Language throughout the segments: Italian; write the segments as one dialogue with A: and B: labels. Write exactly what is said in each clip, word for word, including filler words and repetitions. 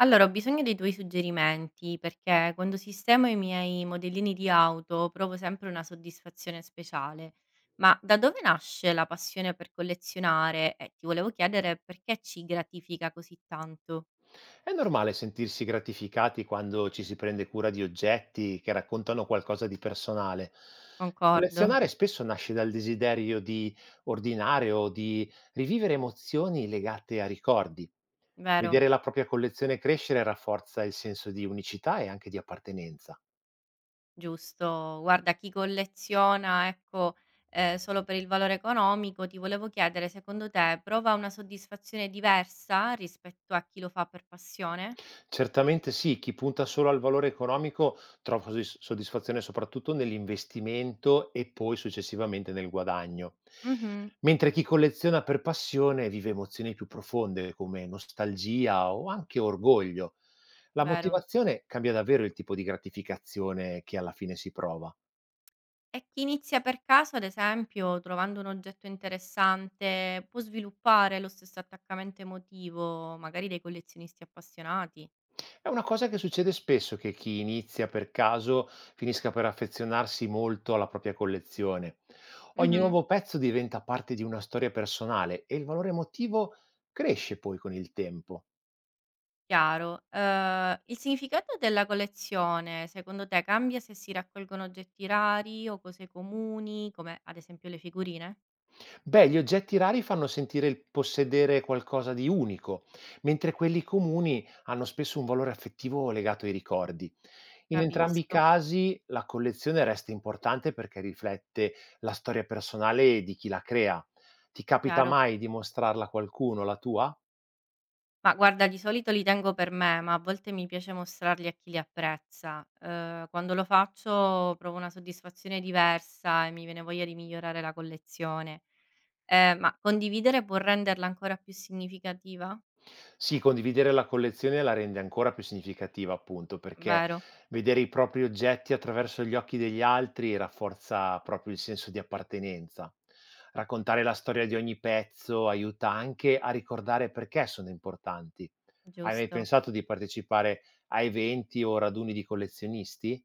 A: Allora, ho bisogno dei tuoi suggerimenti perché quando sistemo i miei modellini di auto provo sempre una soddisfazione speciale. Ma da dove nasce la passione per collezionare? E ti volevo chiedere perché ci gratifica così tanto.
B: È normale sentirsi gratificati quando ci si prende cura di oggetti che raccontano qualcosa di personale.
A: Concordo,
B: Collezionare spesso nasce dal desiderio di ordinare o di rivivere emozioni legate a ricordi.
A: vero?
B: Vedere la propria collezione crescere rafforza il senso di unicità e anche di appartenenza.
A: Giusto. Guarda, chi colleziona, ecco, eh, solo per il valore economico, ti volevo chiedere, secondo te prova una soddisfazione diversa rispetto a chi lo fa per passione?
B: Certamente sì, chi punta solo al valore economico trova soddis- soddisfazione soprattutto nell'investimento e poi successivamente nel guadagno,
A: Mhm,
B: mentre chi colleziona per passione vive emozioni più profonde come nostalgia o anche orgoglio. La
A: vero.
B: motivazione cambia davvero il tipo di gratificazione che alla fine si prova.
A: E chi inizia per caso, ad esempio, trovando un oggetto interessante, può sviluppare lo stesso attaccamento emotivo, magari dei collezionisti appassionati.
B: È una cosa che succede spesso, che chi inizia per caso finisca per affezionarsi molto alla propria collezione. Ogni
A: Mhm.
B: nuovo pezzo diventa parte di una storia personale e il valore emotivo cresce poi con il tempo.
A: Chiaro. Eh, il significato della collezione, secondo te, cambia se si raccolgono oggetti rari o cose comuni, come ad esempio le figurine?
B: Beh, gli oggetti rari fanno sentire il possedere qualcosa di unico, mentre quelli comuni hanno spesso un valore affettivo legato ai ricordi. In entrambi i
A: Capisco,
B: casi la collezione resta importante perché riflette la storia personale di chi la crea. Ti capita
A: chiaro.
B: mai di mostrarla a qualcuno, la tua?
A: Ma guarda, di solito li tengo per me, ma a volte mi piace mostrarli a chi li apprezza. Ehm, quando lo faccio provo una soddisfazione diversa e mi viene voglia di migliorare la collezione. Ehm, ma condividere può renderla ancora più significativa?
B: Sì, condividere la collezione la rende ancora più significativa, appunto, perché
A: Vero,
B: vedere i propri oggetti attraverso gli occhi degli altri rafforza proprio il senso di appartenenza. Raccontare la storia di ogni pezzo aiuta anche a ricordare perché sono importanti. Hai mai
A: giusto.
B: pensato di partecipare a eventi o raduni di collezionisti?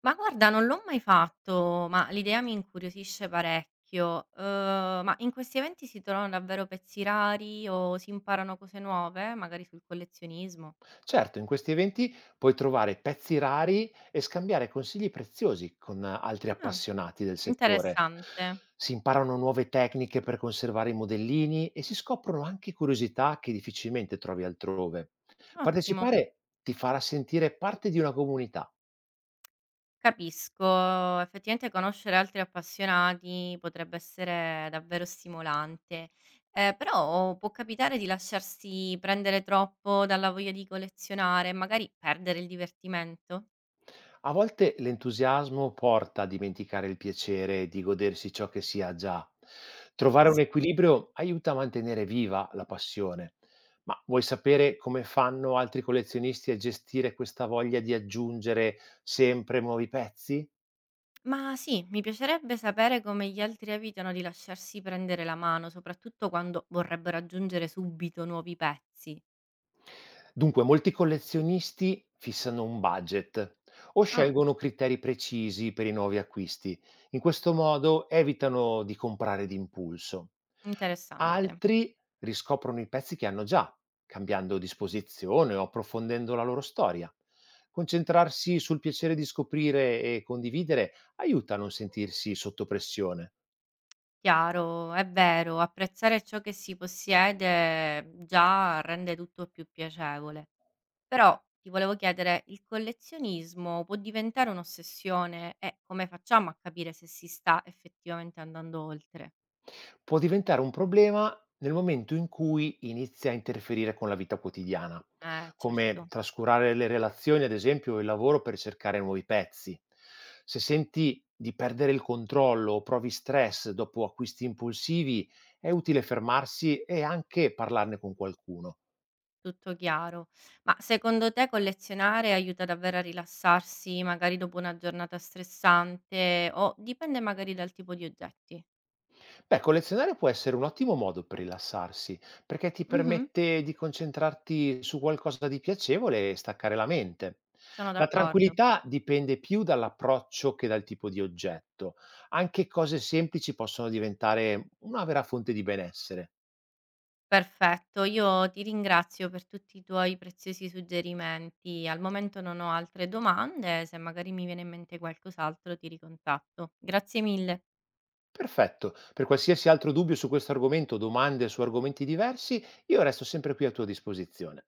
A: Ma guarda, non l'ho mai fatto, ma l'idea mi incuriosisce parecchio. Ehm, ma in questi eventi si trovano davvero pezzi rari o si imparano cose nuove, magari sul collezionismo?
B: Certo, in questi eventi puoi trovare pezzi rari e scambiare consigli preziosi con eh, altri
A: Ah,
B: appassionati del settore.
A: interessante.
B: Si imparano nuove tecniche per conservare i modellini e si scoprono anche curiosità che difficilmente trovi altrove.
A: Ottimo.
B: Partecipare ti farà sentire parte di una comunità.
A: Capisco, effettivamente conoscere altri appassionati potrebbe essere davvero stimolante, eh, però può capitare di lasciarsi prendere troppo dalla voglia di collezionare e magari perdere il divertimento?
B: A volte l'entusiasmo porta a dimenticare il piacere di godersi ciò che si ha già. Trovare un Mm.
A: Capisco.
B: equilibrio aiuta a mantenere viva la passione. Ma vuoi sapere come fanno altri collezionisti a gestire questa voglia di aggiungere sempre nuovi pezzi?
A: Ma sì, mi piacerebbe sapere come gli altri evitano di lasciarsi prendere la mano, soprattutto quando vorrebbero aggiungere subito nuovi pezzi.
B: Dunque, molti collezionisti fissano un budget o
A: Ah,
B: scelgono criteri precisi per i nuovi acquisti. In questo modo evitano di comprare d'impulso.
A: interessante.
B: Altri riscoprono i pezzi che hanno già, cambiando disposizione o approfondendo la loro storia. Concentrarsi sul piacere di scoprire e condividere aiuta a non sentirsi sotto pressione.
A: Chiaro, è vero, apprezzare ciò che si possiede già rende tutto più piacevole. Però ti volevo chiedere, il collezionismo può diventare un'ossessione e come facciamo a capire se si sta effettivamente andando oltre?
B: Può diventare un problema nel momento in cui inizia a interferire con la vita quotidiana,
A: Eh,
B: come
A: certo,
B: trascurare le relazioni, ad esempio, o il lavoro per cercare nuovi pezzi. Se senti di perdere il controllo o provi stress dopo acquisti impulsivi, è utile fermarsi e anche parlarne con qualcuno.
A: tutto chiaro. Ma secondo te collezionare aiuta davvero a rilassarsi, magari dopo una giornata stressante o dipende magari dal tipo di oggetti?
B: Beh, collezionare può essere un ottimo modo per rilassarsi, perché ti
A: Mhm,
B: permette di concentrarti su qualcosa di piacevole e staccare la mente.
A: sono
B: La
A: d'accordo.
B: tranquillità dipende più dall'approccio che dal tipo di oggetto. Anche cose semplici possono diventare una vera fonte di benessere.
A: Perfetto, io ti ringrazio per tutti i tuoi preziosi suggerimenti. Al momento non ho altre domande, se magari mi viene in mente qualcos'altro ti ricontatto. Grazie mille.
B: Perfetto, per qualsiasi altro dubbio su questo argomento o domande su argomenti diversi, io resto sempre qui a tua disposizione.